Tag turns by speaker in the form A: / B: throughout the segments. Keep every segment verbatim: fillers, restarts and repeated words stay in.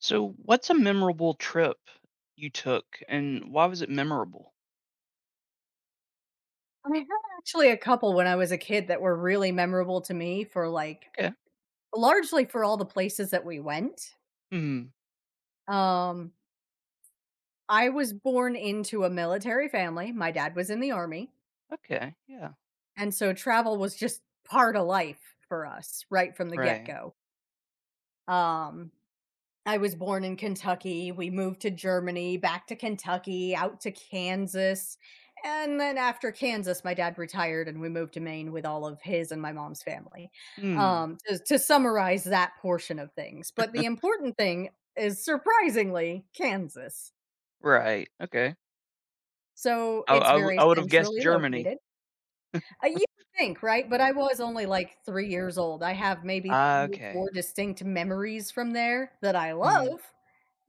A: So, what's a memorable trip you took, and why was it memorable?
B: I had actually a couple when I was a kid that were really memorable to me for, like,
A: Okay.
B: largely for all the places that we went.
A: Hmm.
B: Um, I was born into a military family. My dad was in the army,
A: Okay. Yeah.
B: and so travel was just part of life for us right from the
A: Right.
B: get-go. Um I was born in Kentucky. We moved to Germany, back to Kentucky, out to Kansas, and then after Kansas, my dad retired and we moved to Maine with all of his and my mom's family,
A: Hmm.
B: um, to to summarize that portion of things, but the important thing is surprisingly Kansas.
A: Right. Okay.
B: So,
A: I
B: it's
A: I, w-
B: very
A: I would have guessed
B: centrally
A: Germany.
B: located. Uh, you would think, right? But I was only, like, three years old. I have maybe
A: Ah,
B: three or
A: okay.
B: four distinct memories from there that I
A: Hmm.
B: love,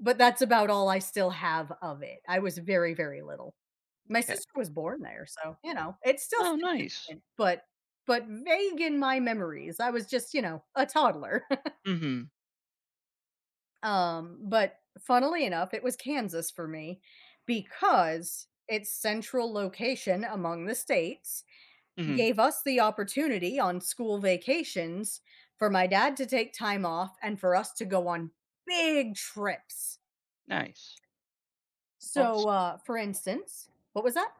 B: but that's about all I still have of it. I was very, very little. My
A: Okay.
B: sister was born there, so, you know, it's still
A: Oh, nice.
B: significant, but but vague in my memories. I was just, you know, a toddler.
A: Hmm.
B: Um, but funnily enough, it was Kansas for me because its central location among the states
A: Hmm.
B: gave us the opportunity on school vacations for my dad to take time off and for us to go on big trips.
A: Nice. That's
B: So,
A: awesome.
B: uh, for instance, what was that?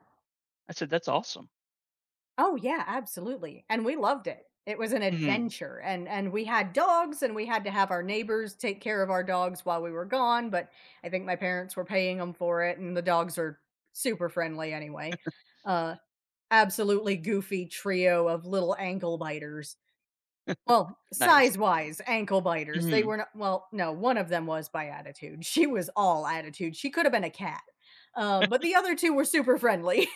A: I said that's awesome.
B: Oh yeah, absolutely, and we loved it. It was an
A: Hmm.
B: adventure, and and we had dogs, and we had to have our neighbors take care of our dogs while we were gone. But I think my parents were paying them for it, and the dogs are super friendly anyway. Uh, Absolutely goofy trio of little ankle biters. Well,
A: Nice.
B: size wise, ankle biters. They
A: Hmm.
B: were not. Well, no, one of them was by attitude. She was all attitude. She could have been a cat, um, but the other two were super friendly.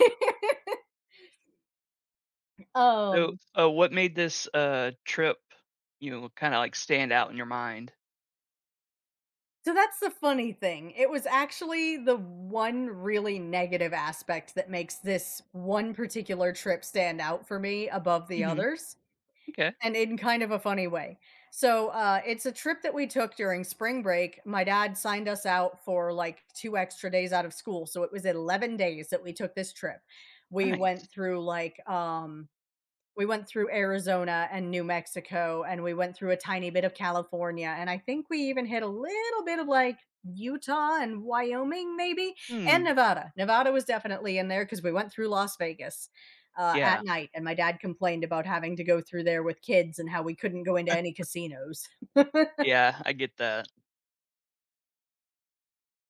A: So,
B: um
A: uh, what made this uh trip, you know, kind of like stand out in your mind?
B: So that's the funny thing. It was actually the one really negative aspect that makes this one particular trip stand out for me above the
A: Hmm.
B: others,
A: Okay.
B: and in kind of a funny way. So, uh, it's a trip that we took during spring break. My dad signed us out for like two extra days out of school, so it was eleven days that we took this trip. We went
A: Nice.
B: through, like, um, we went through Arizona and New Mexico, and we went through a tiny bit of California, and I think we even hit a little bit of, like, Utah and Wyoming maybe, and
A: Hmm.
B: Nevada. Nevada was definitely in there because we went through Las Vegas, uh, at
A: Yeah.
B: night, and my dad complained about having to go through there with kids and how we couldn't go into any casinos.
A: Yeah, I get that.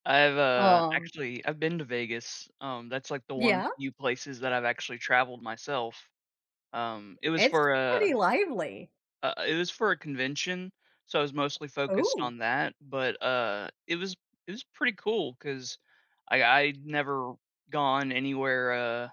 A: I've, uh,
B: Um,
A: actually I've been to Vegas, um, that's, like, the one
B: yeah,
A: few places that I've actually traveled myself. Um, it was
B: it's
A: for
B: pretty
A: a
B: lively.
A: uh, it was for a convention, so I was mostly focused
B: Ooh,
A: on that, but, uh, it was it was pretty cool because I I'd never gone anywhere, uh,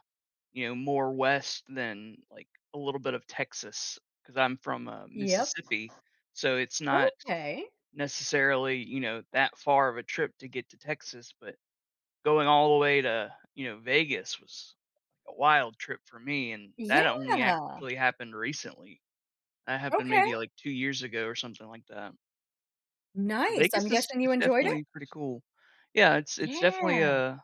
A: you know, more west than, like, a little bit of Texas because 'cause I'm from, uh,
B: yep,
A: Mississippi, so it's not
B: okay.
A: necessarily, you know, that far of a trip to get to Texas, but going all the way to, you know, Vegas was a wild trip for me, and that only
B: Yeah,
A: actually happened recently. That happened
B: okay.
A: maybe, like, two years ago or something like that. So
B: Nice, I'm
A: Vegas is
B: guessing you
A: is
B: enjoyed it?
A: definitely pretty cool. Yeah, it's it's definitely
B: Yeah.
A: a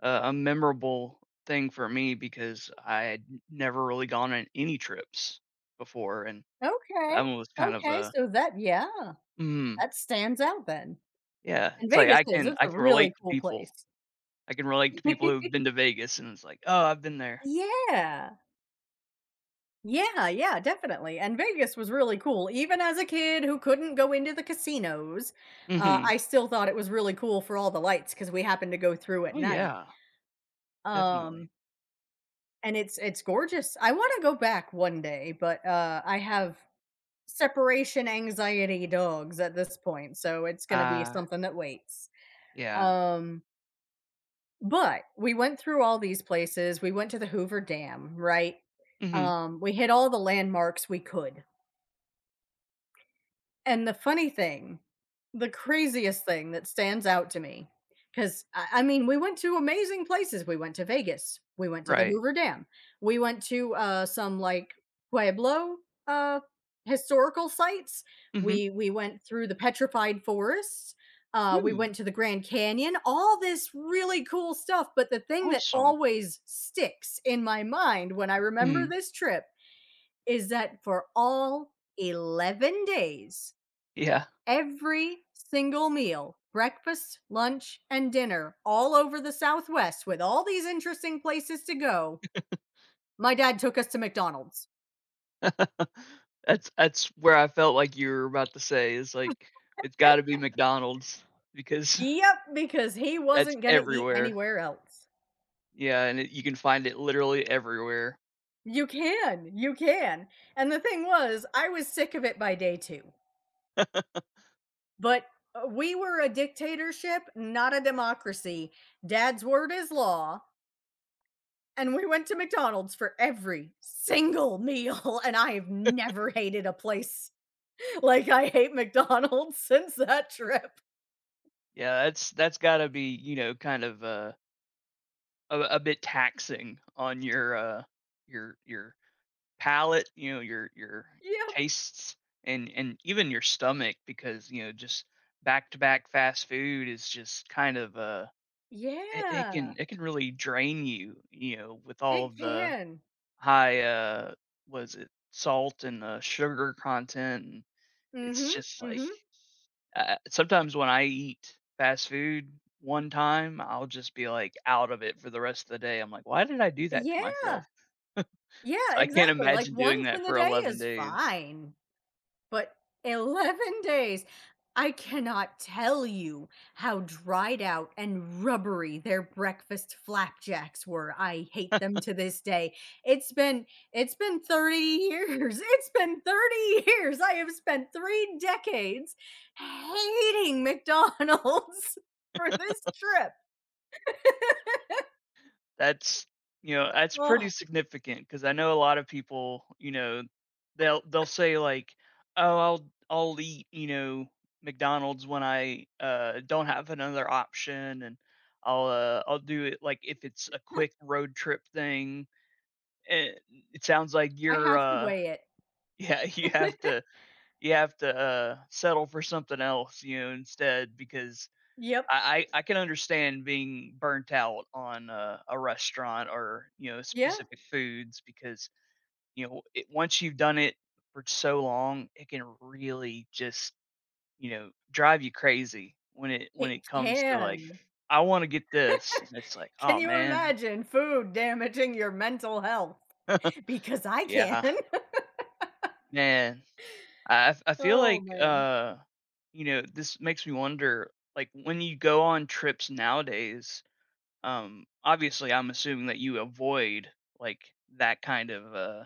A: a a memorable thing for me because I had never really gone on any trips before, and
B: Okay,
A: that one was kind of
B: okay,
A: a
B: so that yeah,
A: mm,
B: that stands out then,
A: yeah,
B: and
A: it's like
B: Vegas
A: I
B: is
A: can
B: it's
A: I
B: a
A: can
B: really
A: relate to
B: cool
A: people.
B: place.
A: I can relate to people who've been to Vegas, and it's like, "Oh, I've been there."
B: Yeah, yeah, yeah, definitely, and Vegas was really cool, even as a kid who couldn't go into the casinos. uh,
A: Mhm.
B: I still thought it was really cool for all the lights because we happened to go through at
A: "Oh,
B: night,
A: yeah."
B: um,
A: Definitely.
B: and it's it's gorgeous. I wanna go back one day, but, uh, I have separation anxiety dogs at this point, so it's gonna be
A: Ah,
B: something that waits.
A: yeah.
B: um But we went through all these places. We went to the Hoover Dam, right?
A: Mhm.
B: Um, we hit all the landmarks we could. And the funny thing, the craziest thing that stands out to me, 'cause I I mean, we went to amazing places. We went to Vegas. We went to the
A: Right.
B: Hoover Dam. We went to, uh, some, like, Pueblo, uh, historical sites.
A: Mhm.
B: We we went through the petrified forests. Uh, we
A: Mm,
B: went to the Grand Canyon, all this really cool stuff, but the thing that
A: awesome.
B: always sticks in my mind when I remember
A: Mm,
B: this trip is that for all eleven days
A: yeah.
B: every single meal breakfast, lunch, and dinner all over the Southwest with all these interesting places to go, my dad took us to McDonald's.
A: That's that's where I felt like you were about to say is, like, it's gotta be McDonald's because
B: Yep, because he
A: that's
B: wasn't going to eat
A: everywhere.
B: anywhere else.
A: Yeah, and it you can find it literally everywhere.
B: You can, you can. And the thing was, I was sick of it by day two. But uh, we were a dictatorship, not a democracy. Dad's word is law. And we went to McDonald's for every single meal. And I have never hated a place like, I hate McDonald's since that trip.
A: Yeah, that's that's gotta be, you know, kind of, uh, a a bit taxing on your, uh, your your palate, you know, your your your
B: Yep.
A: tastes and and even your stomach because, you know, just back to back fast food is just kind of uh it, it
B: Yeah.
A: can it can really drain you, you know, with all
B: It
A: of the
B: can.
A: high uh was it salt and uh, sugar content and it's
B: Mhm,
A: just like
B: mhm.
A: uh, sometimes when I eat fast food one time, I'll just be like out of it for the rest of the day. I'm like, why did I do that to
B: Yeah.
A: myself?
B: Yeah,
A: So I can't
B: exactly, like,
A: imagine doing
B: once
A: that
B: in a
A: for
B: day
A: eleven
B: is
A: days.
B: fine. But eleven days. I cannot tell you how dried out and rubbery their breakfast flapjacks were. I hate them to this day. It's been it's been thirty years. It's been thirty years. I have spent three decades hating McDonald's for this trip.
A: That's you know, that's
B: Oh,
A: pretty significant because I know a lot of people, you know, they'll they'll say like, "Oh, I'll I'll eat, you know, McDonald's when I, uh, don't have another option, and I'll, uh, I'll do it, like, if it's a quick road trip thing." And it sounds like
B: I
A: you're,
B: have to
A: uh
B: weigh it.
A: yeah, you have to you have to, uh, settle for something else, you know, instead because
B: Yep.
A: I, I I can understand being burnt out on a, a restaurant or you know
B: Yeah.
A: specific foods because you know it, once you've done it for so long, it can really just you know drive you crazy when it when it
B: It
A: comes to like
B: can.
A: I want to get this and it's like
B: Can
A: oh
B: you
A: man
B: imagine food damaging your mental health? Because I can.
A: yeah man I I I feel
B: Oh,
A: like
B: man.
A: uh you know this makes me wonder like when you go on trips nowadays. Um, obviously, I'm assuming that you avoid like that kind of uh,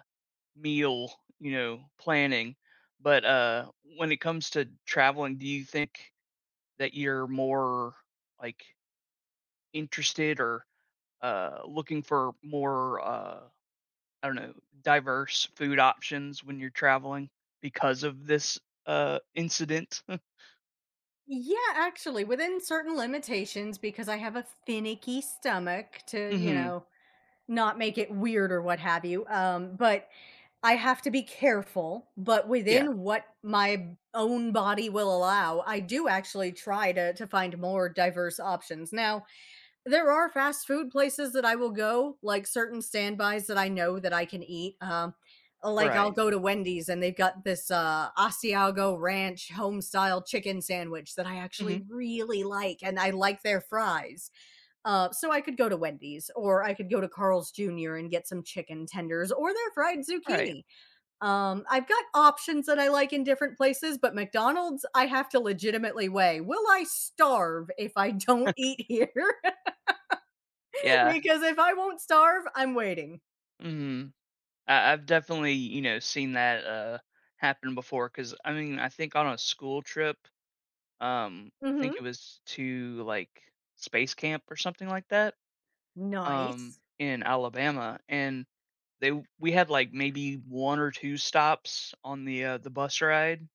A: meal, you know, planning. But uh, when it comes to traveling, do you think that you're more like interested or uh, looking for more, uh, I don't know, diverse food options when you're traveling because of this uh, incident?
B: Yeah, actually, within certain limitations, because I have a finicky stomach to, you
A: Hmm.
B: know, not make it weird or what have you. Um, but I have to be careful, but
A: Yeah.
B: within what my own body will allow, I do actually try to to find more diverse options. Now, there are fast food places that I will go, like certain standbys that I know that I can eat, um, like, I'll
A: Right.
B: go to Wendy's and they've got this, uh, Asiago Ranch home-style chicken sandwich that I actually
A: Hmm.
B: really like, and I like their fries. Uh, so I could go to Wendy's, or I could go to Carl's junior and get some chicken tenders or their fried
A: Right.
B: zucchini. Um, I've got options that I like in different places, but McDonald's, I have to legitimately weigh, "Will I starve if I don't eat here?"
A: Yeah.
B: Because if I won't starve, I'm waiting.
A: Mm-hmm. I, I've definitely, you know, seen that uh, happen before. Because I mean, I think on a school trip, um, I think
B: Mhm.
A: it was to like space camp or something like that, um,
B: Nice.
A: in Alabama, and they w- we had like maybe one or two stops on the uh, the bus ride,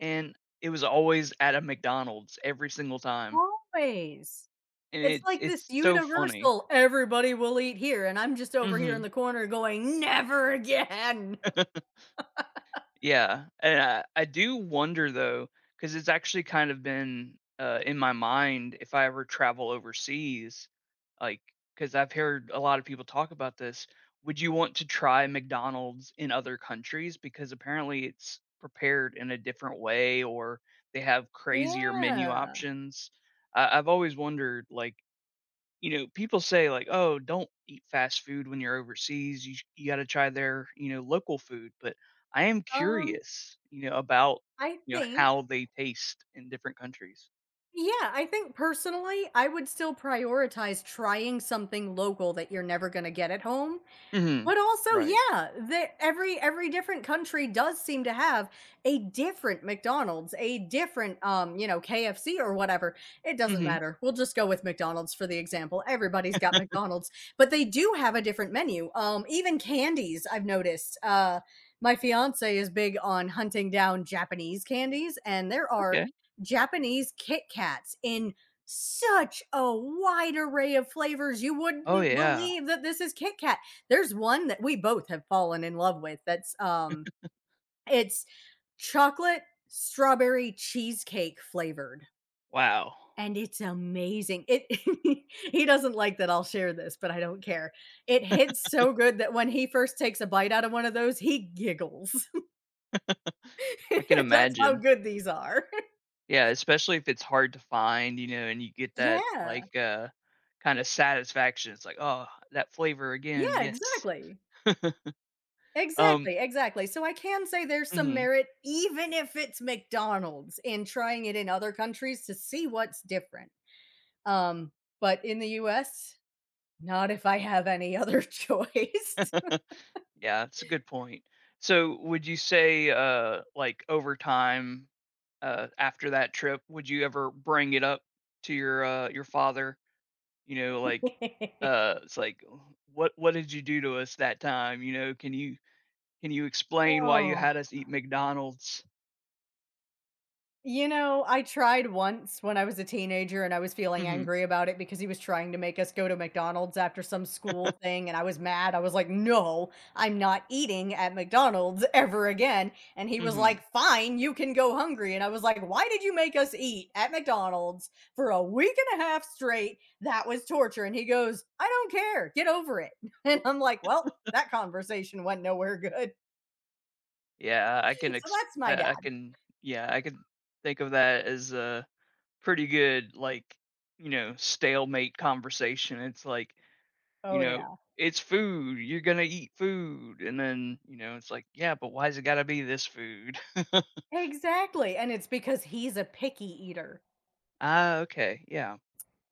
A: and it was always at a McDonald's every single time,
B: Always.
A: and
B: It's
A: it's
B: like this
A: it's so funny.
B: universal, "Everybody will eat here," and I'm just over here in
A: Hmm.
B: the corner going, "Never again."
A: Yeah, and I I do wonder though, because it's actually kind of been, uh, in my mind if I ever travel overseas, like because 'cause I've heard a lot of people talk about this, would you want to try McDonald's in other countries? Because apparently it's prepared in a different way or they have crazier menu
B: Yeah.
A: options. I I've always wondered, like, you know, people say like, "Oh, don't eat fast food when you're overseas. You sh- you got to try their, you know, local food." But I am
B: Um,
A: curious, you know, about,
B: I
A: you know,
B: think
A: how they taste in different countries.
B: yeah, I think personally, I would still prioritize trying something local that you're never gonna get at home.
A: Mhm.
B: But also,
A: Right.
B: yeah, the every every different country does seem to have a different McDonald's, a different um, you know, K F C or whatever. It doesn't
A: Mhm.
B: matter. We'll just go with McDonald's for the example. Everybody's got McDonald's, but they do have a different menu. Um, even candies, I've noticed. Uh, my fiance is big on hunting down Japanese candies, and there are
A: Okay.
B: Japanese Kit Kats in such a wide array of flavors. You
A: Oh
B: wouldn't
A: yeah.
B: believe that this is Kit Kat. There's one that we both have fallen in love with that's, um it's chocolate strawberry cheesecake flavored,
A: Wow.
B: and it's amazing. It he doesn't like that I'll share this, but I don't care. It hits so good that when he first takes a bite out of one of those, he giggles.
A: I can
B: That's how
A: imagine.
B: good these are.
A: Yeah, especially if it's hard to find, you know, and you get that
B: Yeah.
A: like uh kind of satisfaction. It's like, "Oh, that flavor again.
B: Yeah,
A: Yes."
B: exactly.
A: Um,
B: Exactly, exactly. So I can say there's some
A: mhm.
B: merit, even if it's McDonald's, in trying it in other countries to see what's different. Um, but in the U S, not if I have any other choice.
A: Yeah, that's a good point. So, would you say, uh, like over time, uh, after that trip, would you ever bring it up to your uh, your father? You know, like, uh, it's like, "Oh, what what did you do to us that time? You know, can you can you explain why you
B: Oh.
A: had us eat McDonald's?
B: You know, I tried once when I was a teenager and I was feeling
A: Hmm.
B: angry about it because he was trying to make us go to McDonald's after some school thing and I was mad. I was like, "No, I'm not eating at McDonald's ever again." And he was like,
A: Hmm.
B: "Fine, you can go hungry." And I was like, "Why did you make us eat at McDonald's for a week and a half straight? That was torture." And he goes, "I don't care. Get over it." And I'm like, "Well, that conversation went nowhere good."
A: Yeah, I can
B: So
A: ex-
B: that's my
A: I, I
B: dad.
A: can yeah I can think of that as a pretty good like you know stalemate conversation. It's like you
B: Oh
A: know,
B: yeah.
A: it's food. You're gonna eat food, and then you know, it's like, yeah, but why's it gotta be this food?
B: Exactly, and it's because he's a picky eater.
A: Ah, okay, yeah.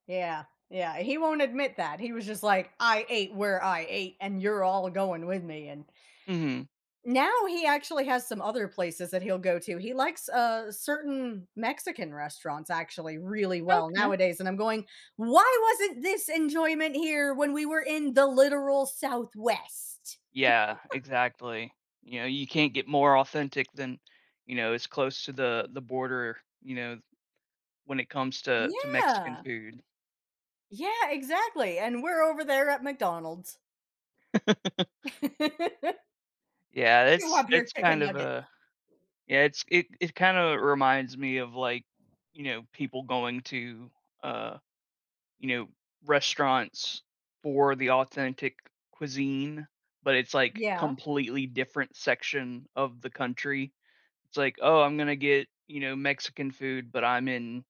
B: Yeah, yeah, he won't admit that. He was just like, "I ate where I ate, and you're all going with me," and
A: Mhm.
B: now he actually has some other places that he'll go to. He likes, uh, certain Mexican restaurants actually really well
A: Okay.
B: nowadays, and I'm going, "Why wasn't this enjoyment here when we were in the literal Southwest?"
A: Yeah, exactly. You know, you can't get more authentic than, you know, it's close to the the border. You know, when it comes to to Mexican
B: Yeah.
A: food.
B: Yeah, exactly, and we're over there at McDonald's.
A: Yeah,
B: You
A: it's
B: up your
A: it's
B: chicken
A: kind of
B: nuggets.
A: a yeah, it's it it kind of reminds me of like, you know, people going to uh you know, restaurants for the authentic cuisine, but it's like
B: Yeah.
A: completely different section of the country. It's like, "Oh, I'm gonna get, you know, Mexican food, but I'm in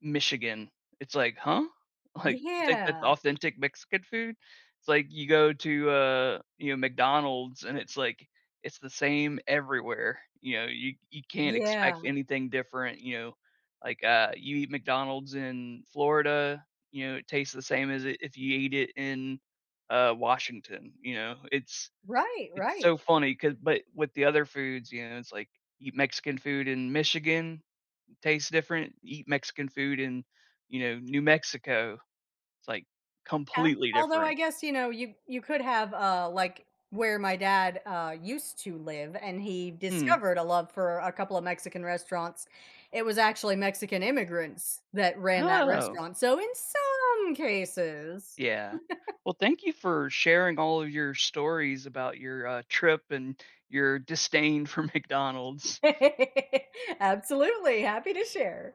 A: Michigan. It's like, "Huh?" Like, you think that's
B: Yeah.
A: authentic Mexican food? It's like you go to, uh, you know, McDonald's and it's like it's the same everywhere, you know, you you can't expect
B: Yeah.
A: anything different, you know, like, uh, you eat McDonald's in Florida, you know, it tastes the same as I if you eat it in, uh, Washington, you know, it's
B: Right,
A: it's
B: right.
A: so funny. Cause, but with the other foods, you know, it's like, eat Mexican food in Michigan, tastes different, eat Mexican food in, you know, New Mexico. It's like
B: Yeah.
A: completely
B: Although I
A: different.
B: guess, you know, you you could have, uh, like, where my dad, uh, used to live and he
A: Hmm.
B: discovered a love for a couple of Mexican restaurants. It was actually Mexican immigrants that ran that
A: Oh,
B: restaurant. So in some cases
A: yeah. Well, thank you for sharing all of your stories about your uh, trip and your disdain for McDonald's.
B: absolutely, happy to share.